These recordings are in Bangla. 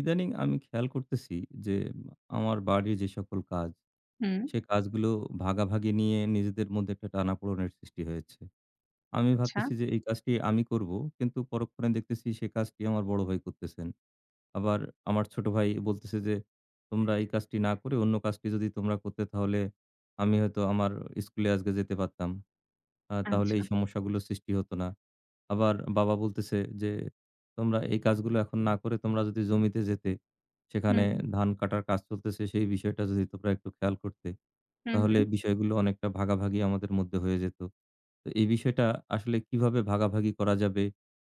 ইদানিং আমি খেয়াল করতেছি যে আমার বাড়ির যে সকল কাজ হুম, সে কাজগুলো ভাগাভাগি নিয়ে নিজেদের মধ্যে একটা টানাপোড়েনের সৃষ্টি হয়েছে। আমি আচ্ছা, ভাবতেছি যে এই কাজটি আমি করব। কিন্তু পরক্ষণে দেখতেছি সে কাজটি আমার বড় ভাই করতেছেন। আবার আমার ছোট ভাই বলতেছে যে, "তোমরা এই কাজটি না করে অন্য কাজটি যদি তোমরা করতে তাহলে আমি হয়তো আমার স্কুলে আজকে যেতে পারতাম।" তাহলে আচ্ছা। এই সমস্যাগুলো সৃষ্টি হতো না। আবার বাবা বলতেছে যে, "তোমরা এই কাজগুলো এখন না করে তোমরা যদি জমিতে যেতে, সেখানে হুম, ধান কাটার কাজ চলতেছে সেই বিষয়টা যদি তোমরা একটু খেয়াল করতে, হুম, তাহলে হুম। বিষয়গুলো অনেকটা ভাগাভাগি আমাদের মধ্যে হয়ে যেত।" তো এই বিষয়টা আসলে কিভাবে ভাগাভাগি করা যাবে?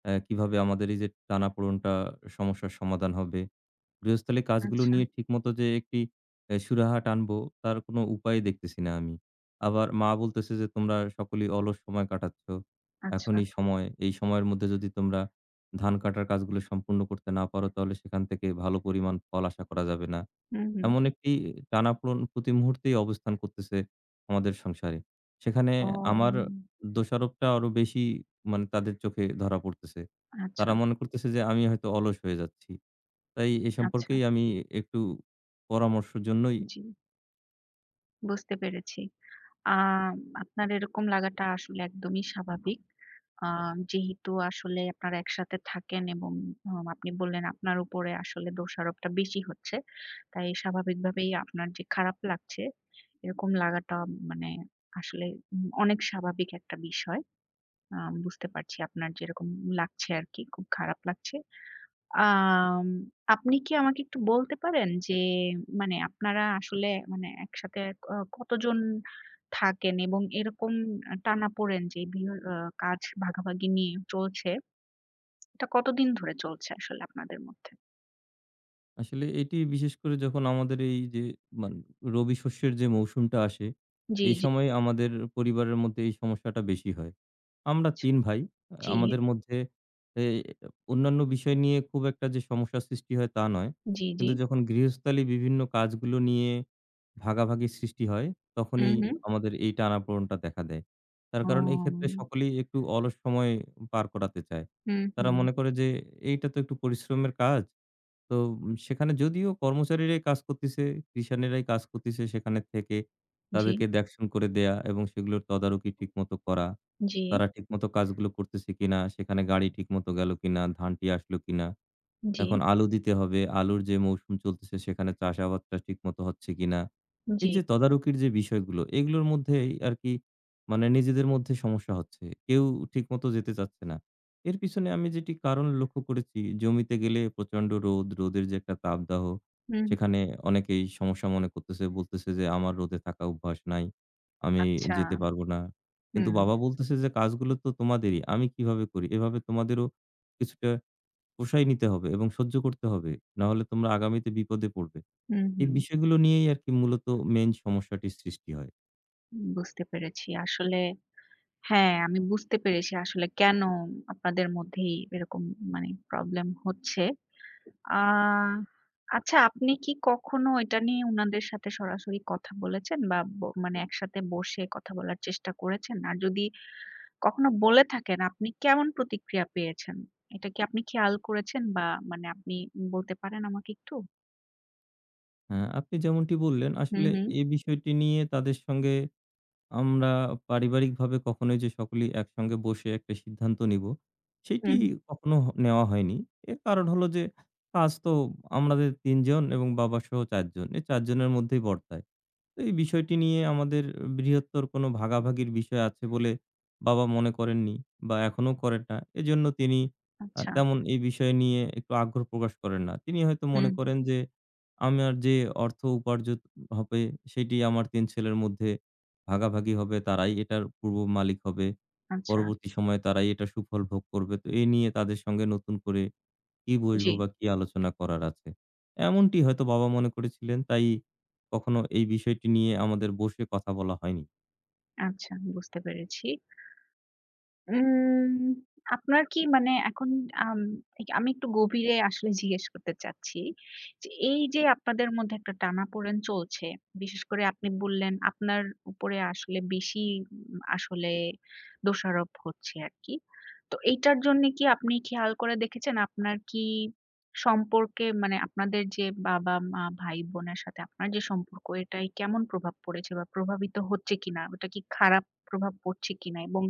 কিভাবে আমাদের এই যে টানাপোড়েনটা সমস্যার সমাধান হবে? গৃহস্থালী কাজগুলো আচ্ছা, নিয়ে ঠিকমতো যে একটি এ সুরাহা টানবো, তার কোনো উপায় দেখতেছি না আমি। আবার মা বলতেছে যে, "তোমরা সকলেই অলস সময় কাটাচ্ছ। এখন আচ্ছা। এই সময়, এই সময়ের মধ্যে যদি তোমরা ধান কাটার কাজগুলো সম্পূর্ণ করতে না পারো, তাহলে সেখান থেকে ভালো পরিমাণ ফল আশা করা যাবে না।" হুম, হুম। এমন একটি টানাপোড়েন প্রতি মুহূর্তেই অবস্থান করতেছে আমাদের সংসারে। সেখানে ও আমার দোষারোপটা আরো বেশি মানে তাদের চোখে ধরা পড়তেছে। আচ্ছা, তারা মনে করতেছে যে, আমি হয়তো অলস হয়ে যাচ্ছি। তাই এ আচ্ছা। সম্পর্কেই আমি একটু পরামর্শের জন্যই জি, বুঝতে পেরেছি। আ আপনার এরকম লাগাটা আসলে একদমই স্বাভাবিক। আ যেহেতু আসলে আপনারা একসাথে থাকেন এবং আপনি বললেন আপনার উপরে আসলে দোষারোপটা বেশি হচ্ছে। তাই স্বাভাবিকভাবেই আপনার যে খারাপ লাগছে, এরকম লাগাটা মানে আসলে অনেক স্বাভাবিক একটা বিষয়। বুঝতে পারছি আপনার যেরকম লাগছে আরকি, খুব খারাপ লাগছে। আম আপনি কি আমাকে একটু বলতে পারেন যে মানে আপনারা আসলে মানে একসাথে ক কতজন থাকেন? এবং এরকম টানাপোড়েন যে বিয় আ কাজ ভাগাভাগি নিয়ে চলছে, এটা কতদিন ধরে চলছে আসলে আপনাদের মধ্যে? আসলে এটি বিশেষ করে যখন আমাদের এই যে মানে রবি শস্যের যে মৌসুমটা আসে, জি, এই জি, সময়ে আমাদের পরিবারের মধ্যে এই সমস্যাটা বেশি হয়। আমরা ৩ ভাই। জি, আমাদের মধ্যে এ অন্যান্য বিষয় নিয়ে খুব একটা যে সমস্যার সৃষ্টি হয় তা নয়। জি, জি। কিন্তু যখন গৃহস্থালী বিভিন্ন কাজগুলো নিয়ে ভাগাভাগি সৃষ্টি হয়, হুম, তখনই হুম। আমাদের এই টানাপোড়েনটা দেখা দেয়। তার কারণ এই ওম ক্ষেত্রে সকলেই একটু অলস সময় পার করাতে চায়। হুম, তারা হুম। মনে করে যে এইটা তো একটু পরিশ্রমের কাজ। তো সেখানে যদিও কর্মচারীরাই কাজ করতেছে, কৃষানেরাই কাজ করতেছে সেখানে থেকে। জি, তাদেরকে দেখশন করে দেয়া এবং সেগুলোর তদারকি ঠিকমতো করা। জি, তারা ঠিকমতো কাজগুলো করতেছে কিনা, সেখানে গাড়ি ঠিকমতো গেল কিনা, ধানটি আসলো কিনা। জি, এখন আলু দিতে হবে। আলুর যে মৌসুম চলতেছে সেখানে চাষাবাদটা ঠিকমতো হচ্ছে কিনা? জি। এই যে তদারকির যে বিষয়গুলো, এগুলোর মধ্যেই আরকি মানে নিজেদের মধ্যে সমস্যা হচ্ছে। কেউ ঠিকমতো যেতে চাচ্ছে না। এর পিছনে আমি যেটি কারণ লক্ষ্য করেছি, জমিতে গেলে প্রচণ্ড রোদ, রোদের যে একটা তাপদাহ, হুম, সেখানে অনেকেই সমস্যা মনে করতেছে, বলতেছে যে, "আমার রোদে থাকা অভ্যাস নাই। আমি আচ্ছা। যেতে পারবো না।" কিন্তু হুম, বাবা বলতেছে যে, "কাজগুলো তো তোমাদেরই। আমি কিভাবে করি? এভাবে তোমাদেরও কিছুটা" পোষায় নিতে হবে এবং সহ্য করতে হবে। না হলে তোমরা আগামীতে বিপদে পড়বে। হুম, এই হুম। বিষয়গুলো নিয়েই আরকি মূলত মেইন সমস্যাটির সৃষ্টি হয়। বুঝতে পেরেছি। আসলে হ্যাঁ, আমি বুঝতে পেরেছি আসলে কেন আপনাদের মধ্যেই এরকম মানে প্রবলেম হচ্ছে। আ আচ্ছা আপনি কি কখনো এটা নিয়ে উনাদের সাথে সরাসরি কথা বলেছেন বা মানে একসাথে বসে কথা বলার চেষ্টা করেছেন? আর যদি কখনো বলে থাকেন আপনি কেমন প্রতিক্রিয়া পেয়েছেন? এটা কি আপনি খেয়াল করেছেন বা মানে আপনি বলতে পারেন আমাকে একটু? হ্যাঁ, আপনি যেমনটি বললেন হুম, আসলে হুম, এই বিষয়টি নিয়ে তাদের সঙ্গে আমরা পারিবারিকভাবে কখনোই যে সকলেই একসঙ্গে বসে একটা সিদ্ধান্ত নিবো, সেটি হুম। কখনো নেওয়া হয়নি। এর কারণ হলো যে কাজ তো আমাদের ৩ জন এবং বাবাসহ ৪ জন। এই ৪ জনের মধ্যেই বর্তায়। তো এই বিষয়টি নিয়ে আমাদের বৃহত্তর কোনো ভাগাভাগির বিষয় আছে বলে বাবা মনে করেননি বা এখনো করেন না। এজন্য তিনি আচ্ছা, তেমন এই বিষয় নিয়ে একটু আগ্রহ প্রকাশ করেন না। তিনি হয়তো মনে হুম, করেন যে, আমার যে অর্থ উপার্জিত হবে সেটি আমার ৩ ছেলের মধ্যে ভাগাভাগি হবে। তারাই এটার পূর্ব মালিক হবে। আচ্ছা, পরবর্তী সময়ে তারাই এটা সুফল ভোগ করবে। তো এ নিয়ে তাদের সঙ্গে নতুন করে কি জি, বসবো বা কি আলোচনা করার আছে? এমনটি হয়তো বাবা মনে করেছিলেন। তাই কখনো এই বিষয়টি নিয়ে আমাদের বসে কথা বলা হয়নি। আচ্ছা বুঝতে পেরেছি। উম আপনার কি মানে এখন আম এই- আমি একটু গভীরে আসলে জিজ্ঞেস করতে চাচ্ছি যে, এই যে আপনাদের মধ্যে একটা টানাপোড়েন চলছে, বিশেষ করে আপনি বললেন আপনার উপরে আসলে বেশি আসলে দোষারোপ হচ্ছে আরকি। তো এইটার জন্য কি আপনি খেয়াল করে দেখেছেন আপনার কি সম্পর্কে মানে আপনাদের যে বাবা-মা, ভাই-বোনের সাথে আপনার যে সম্পর্ক এটায় কেমন প্রভাব পড়েছে বা প্রভাবিত হচ্ছে কিনা? ওটা কি খারাপ প্রভাব পড়ছে কিনা? এবং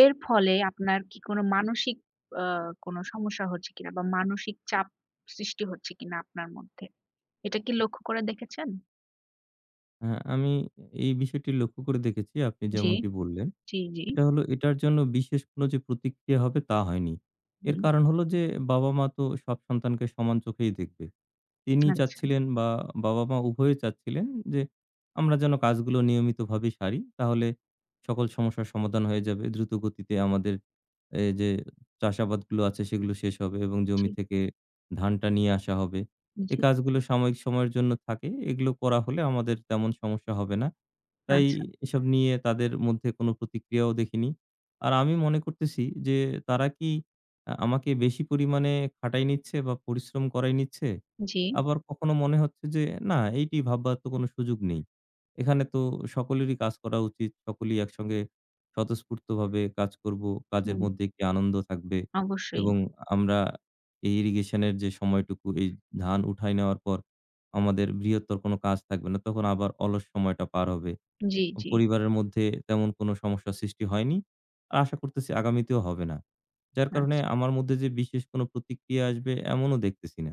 এর ফলে আপনার কি কোনো মানসিক আ কোনো সমস্যা হচ্ছে কিনা বা মানসিক চাপ সৃষ্টি হচ্ছে কিনা আপনার মধ্যে? এটা কি লক্ষ্য করে দেখেছেন? হ্যাঁ, আমি এই বিষয়টি লক্ষ্য করে দেখেছি আপনি জি, যেমনটি বললেন। জি, জি। এটা হলো এটার জন্য বিশেষ কোনো যে প্রতিক্রিয়া হবে তা হয়নি। এর হুম, কারণ হলো যে বাবা-মা তো সব সন্তানকে সমান চোখেই দেখবে। তিনি আচ্ছা। চাচ্ছিলেন বা বাবা-মা উভয়ে চাচ্ছিলেন যে আমরা যেন কাজগুলো নিয়মিতভাবে সারি। তাহলে সকল সমস্যার সমাধান হয়ে যাবে। দ্রুত গতিতে আমাদের এই যে চাষাবাদগুলো আছে সেগুলো শেষ হবে এবং জি, জমি থেকে ধানটা নিয়ে আসা হবে। জি, এই কাজগুলো সাময়িক সময়ের জন্য থাকে। এগুলো করা হলে আমাদের তেমন সমস্যা হবে না। তাই আচ্ছা। এসব নিয়ে তাদের মধ্যে কোনো প্রতিক্রিয়াও দেখিনি। আর আমি মনে করতেছি যে তারা কি আমাকে বেশি পরিমাণে খাটাই নিচ্ছে বা পরিশ্রম করাই নিচ্ছে? জি, আবার কখনো মনে হচ্ছে যে না এইটি ভাববার তো কোনো সুযোগ নেই। এখানে তো সকলেরই কাজ করা উচিত। সকলেই একসঙ্গে স্বতঃস্ফূর্তভাবে কাজ করব। কাজের হুম, মধ্যে একটি আনন্দ থাকবে অবশ্যই। এবং আমরা এই irrigation এর যে সময়টুকু এই ধান উঠায় নেওয়ার পর আমাদের বৃহত্তর কোনো কাজ থাকবে না। তখন আবার অলস সময়টা পার হবে। জি, জি, পরিবারের মধ্যে তেমন কোনো সমস্যা সৃষ্টি হয়নি। আর আশা করতেছি আগামীতেও হবে না। যার কারণে আচ্ছা, আমার মধ্যে যে বিশেষ কোনো প্রতিক্রিয়া আসবে এমনও দেখতেছি না।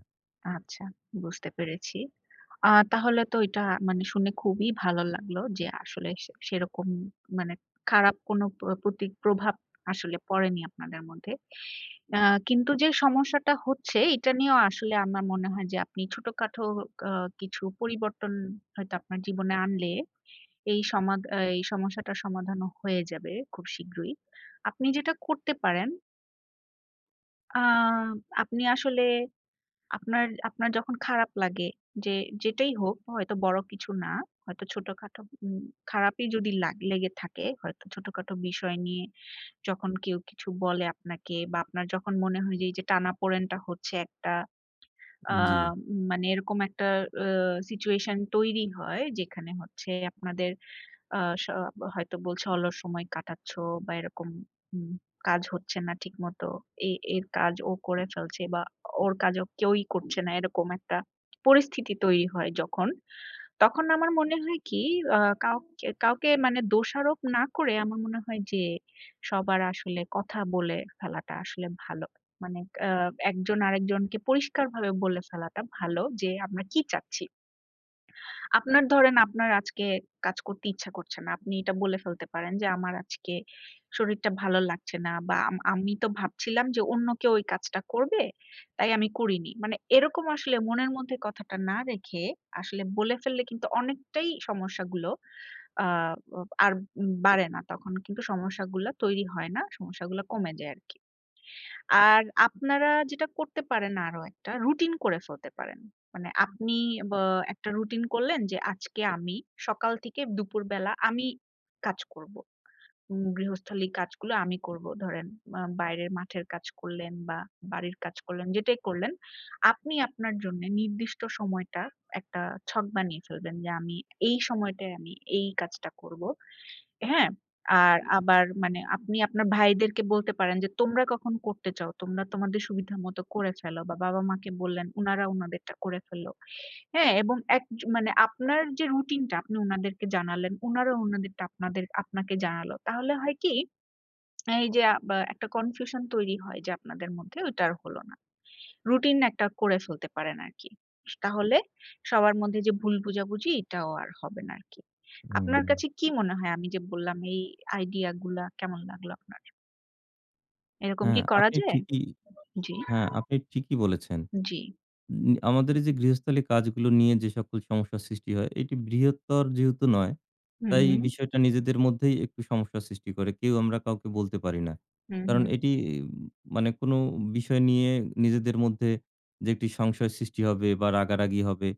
আচ্ছা বুঝতে পেরেছি। তাহলে তো এটা মানে শুনে খুবই ভালো লাগলো যে আসলে সে সেরকম মানে খারাপ কোনো প্রভাব আসলে পড়েনি আপনাদের মধ্যে। আ কিন্তু যে সমস্যাটা হচ্ছে, এটা নিয়েও আসলে আমার মনে হয় যে আপনি ছোটখাটো আ কিছু পরিবর্তন হয়তো আপনার জীবনে আনলে এই সমাধ আ এই সমস্যাটার সমাধানও হয়ে যাবে খুব শীঘ্রই। আপনি যেটা করতে পারেন, আ আপনি আসলে আপনার আপনার যখন খারাপ লাগে যে যেটাই হোক হয়তো বড় কিছু না, হয়তো ছোটখাটো খারাপই যদি লেগে থাকে হয়তো ছোটখাটো বিষয় নিয়ে যখন কেউ কিছু বলে আপনাকে বা আপনার যখন মনে হয় যে, এই যে টানাপোড়েনটা হচ্ছে একটা আ জি। মানে এরকম একটা আ সিচুয়েশন তৈরি হয় যেখানে হচ্ছে আপনাদের আ স হয়তো বলছে অলস সময় কাটাচ্ছ বা এরকম উম কাজ হচ্ছে না ঠিকমতো। এর কাজ ও করে ফেলছে বা ওর কাজ ও কেউই করছে না। এরকম একটা পরিস্থিতি তৈরি হয় যখন তখন আমার মনে হয় কি আ কাউকে কাউকে মানে দোষারোপ না করে আমার মনে হয় যে সবার আসলে কথা বলে ফেলাটা আসলে ভালো। মানে আ একজন আরেকজনকে পরিষ্কারভাবে বলে ফেলাটা ভালো যে আমরা কি চাচ্ছি। আপনার আজকে কাজ করতে ইচ্ছা করছে না। আপনি এটা বলে ফেলতে পারেন যে, "আমার আজকে শরীরটা ভালো লাগছে না" বা "আমি তো ভাবছিলাম যে অন্য কেউ ওই কাজটা করবে, তাই আমি করিনি।" মানে এরকম আসলে মনের মধ্যে কথাটা না রেখে আসলে বলে ফেললে কিন্তু অনেকটাই সমস্যাগুলো আ আর উম বাড়ে না। তখন কিন্তু সমস্যাগুলা তৈরি হয় না। সমস্যাগুলা কমে যায় আরকি। আর আপনারা যেটা করতে পারেন আরো একটা রুটিন করে ফেলতে পারেন। মানে আপনি বা একটা রুটিন করলেন যে আজকে আমি সকাল থেকে দুপুরবেলা আমি কাজ করব। গৃহস্থালী কাজগুলো আমি করব। ধরেন বাইরের মাঠের কাজ করলেন বা বাড়ির কাজ করলেন, যেটাই করলেন। আপনি আপনার জন্য নির্দিষ্ট সময়টা একটা ছক বানিয়ে ফেলবেন যে এই সময়টায় আমি এই কাজটা করব। হ্যাঁ? আর আবার মানে আপনি আপনার ভাইদেরকে বলতে পারেন যে, "তোমরা কখন করতে চাও? তোমরা তোমাদের সুবিধা মতো করে ফেলো" বা বাবা-মাকে বললেন, উনারা উনাদেরটা করে ফেললো। হ্যাঁ? এবং এক জ মানে আপনার যে রুটিনটা আপনি উনাদেরকে জানালেন, উনারা উনাদেরটা আপনাকে জানালো। তাহলে হয় কি? এই যে বা একটা কনফিউশন তৈরি হয় যে আপনাদের মধ্যে, ওইটা আর হলো না। রুটিন একটা করে ফেলতে পারেন আরকি। তাহলে সবার মধ্যে যে ভুল বোঝাবুঝি এটাও আর হবে না আরকি। আপনার হুম। কাছে কি মনে হয় আমি যে বললাম এই আইডিয়া গুলা কেমন লাগলো আপনার? এরকম কি হ্যাঁ, করা আপনি যায়? ঠিকই জি, হ্যাঁ, আপনি ঠিকই বলেছেন। জি। আমাদের এই যে গৃহস্থালী কাজগুলো নিয়ে যে সকল সমস্যার সৃষ্টি হয়, এটি বৃহত্তর যেহেতু নয়, হু, তাই হু, বিষয়টা নিজেদের মধ্যেই একটু সমস্যা সৃষ্টি করে। কেউ আমরা কাউকে বলতে পারি না। হু, কারণ হু, এটি উম, মানে কোনো বিষয় নিয়ে নিজেদের মধ্যে যে একটি সংশয় সৃষ্টি হবে বা রাগারাগি হবে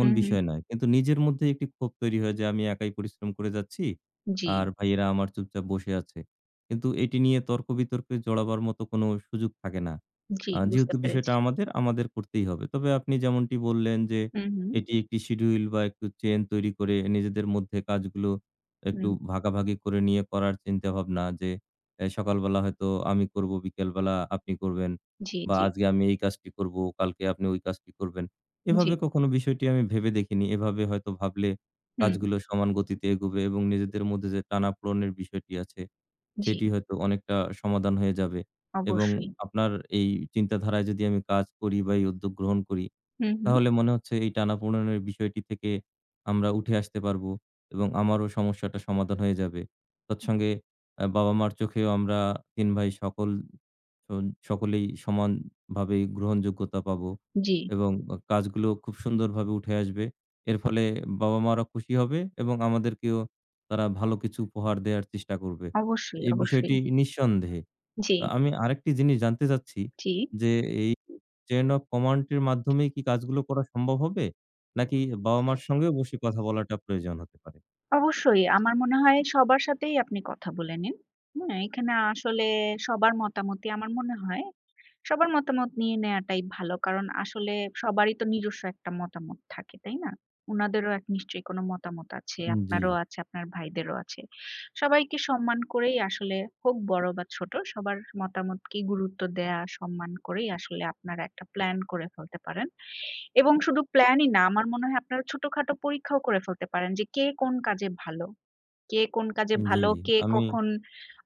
হু, হু। বিষয় নয়। কিন্তু নিজের মধ্যে একটি ক্ষোভ তৈরি হয় যে আমি একাই পরিশ্রম করে যাচ্ছি জি, আর ভাইয়েরা আমার চুপচাপ বসে আছে। কিন্তু এটি নিয়ে তর্ক-বিতর্কে জড়াবার মতো কোনো সুযোগ থাকে না। জি বুঝতে যেহেতু পেরেছি। বিষয়টা আমাদের, করতেই হবে। তবে আপনি যেমনটি বললেন যে হু, হু, এটি একটি শিডিউল বা একটু চেইন তৈরি করে নিজেদের মধ্যে কাজগুলো একটু হুম। ভাগাভাগি করে নিয়ে করার চিন্তাভাবনা যে সকালবেলা হয়তো আমি করব, বিকেলবেলা আপনি করবেন জি, বা জি, আজকে আমি এই কাজটি করব, কালকে আপনি ওই কাজটি করবেন। জি, এভাবে কখনো বিষয়টি আমি ভেবে দেখিনি। এভাবে হয়তো ভাবলে হুম, কাজগুলো সমান গতিতে এগোবে এবং নিজেদের মধ্যে যে টানাপোড়েনের বিষয়টি আছে জি, সেটি হয়তো অনেকটা সমাধান হয়ে যাবে এবং অবশ্যই। আপনার এই চিন্তাধারায় যদি আমি কাজ করি বা এই উদ্যোগ গ্রহণ করি হু, হু, তাহলে মনে হচ্ছে এই টানাপোড়েনের বিষয়টি থেকে আমরা উঠে আসতে পারবো এবং আমারও সমস্যাটা সমাধান হয়ে যাবে। তৎসঙ্গে বাবা-মার চোখেও আমরা ৩ ভাই সন সকলেই সমানভাবে গ্রহণযোগ্যতা পাবো জি, এবং কাজগুলো খুব সুন্দরভাবে উঠে আসবে। এর ফলে বাবা-মারা খুশি হবে এবং আমাদেরকেও তারা ভালো কিছু উপহার দেয়ার চেষ্টা করবে। অবশ্যই, এই অবশ্যই। বিষয়টি নিঃসন্দেহে জি, তো আমি আরেকটি জিনিস জানতে চাচ্ছি জি। যে, এই চেইন অফ কমান্ড এর মাধ্যমেই কি কাজগুলো করা সম্ভব হবে? নাকি বাবা-মার সঙ্গেও বসে কথা বলাটা প্রয়োজন হতে পারে? অবশ্যই। আমার মনে হয় সবার সাথেই আপনি কথা বলে নিন। হুম? এখানে আসলে সবার মতামতই আমার মনে হয় সবার মতামত নিয়ে নেয়াটাই ভালো। কারণ আসলে সবারই তো নিজস্ব একটা মতামত থাকে, তাই না? উনাদেরও নিশ্চয়ই কোনো মতামত আছে। হুম। জি, আপনারও আছে, আপনার ভাইদেরও আছে। সবাইকে সম্মান করেই আসলে হোক বড় বা ছোট সবার মতামতকে গুরুত্ব দেয়া, সম্মান করেই আসলে আপনারা একটা প্ল্যান করে ফেলতে পারেন। এবং শুধু প্ল্যানই না আমার মনে হয় আপনারা ছোটখাটো পরীক্ষাও করে ফেলতে পারেন যে কে কোন কাজে ভালো। জি। কে আমি কখন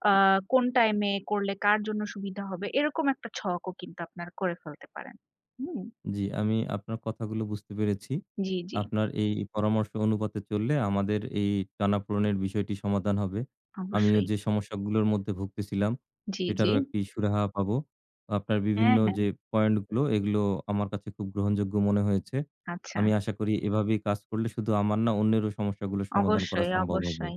আ কোন টাইমে করলে কার জন্য সুবিধা হবে, এরকম একটা ছকও কিন্তু আপনারা করে ফেলতে পারেন। হুম? আমি আপনার কথাগুলো বুঝতে পেরেছি। জি, জি। আপনার এই পরামর্শ অনুপাতে চললে আমাদের এই টানাপোড়েনের বিষয়টি সমাধান হবে। আমিও অবশ্যই। যে সমস্যাগুলোর মধ্যে ভুগতেছিলাম, জি, জি। সেটারও একটি সুরাহা পাবো। আপনার হ্যাঁ, বিভিন্ন হ্যাঁ। যে পয়েন্টগুলো, এগুলো আমার কাছে খুব গ্রহণযোগ্য মনে হয়েছে। আচ্ছা। আমি আশা করি এভাবেই কাজ করলে শুধু আমার না, অন্যেরও সমস্যাগুলো সমাধান করা অবশ্যই, সম্ভব হবে। অবশ্যই।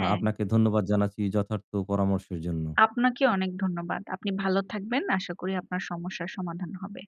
আপনাকে ধন্যবাদ জানাচ্ছি যথার্থ পরামর্শের জন্য। আপনাকে অনেক ধন্যবাদ। আপনি ভালো থাকবেন। আশা করি আপনার সমস্যার সমাধান হবে।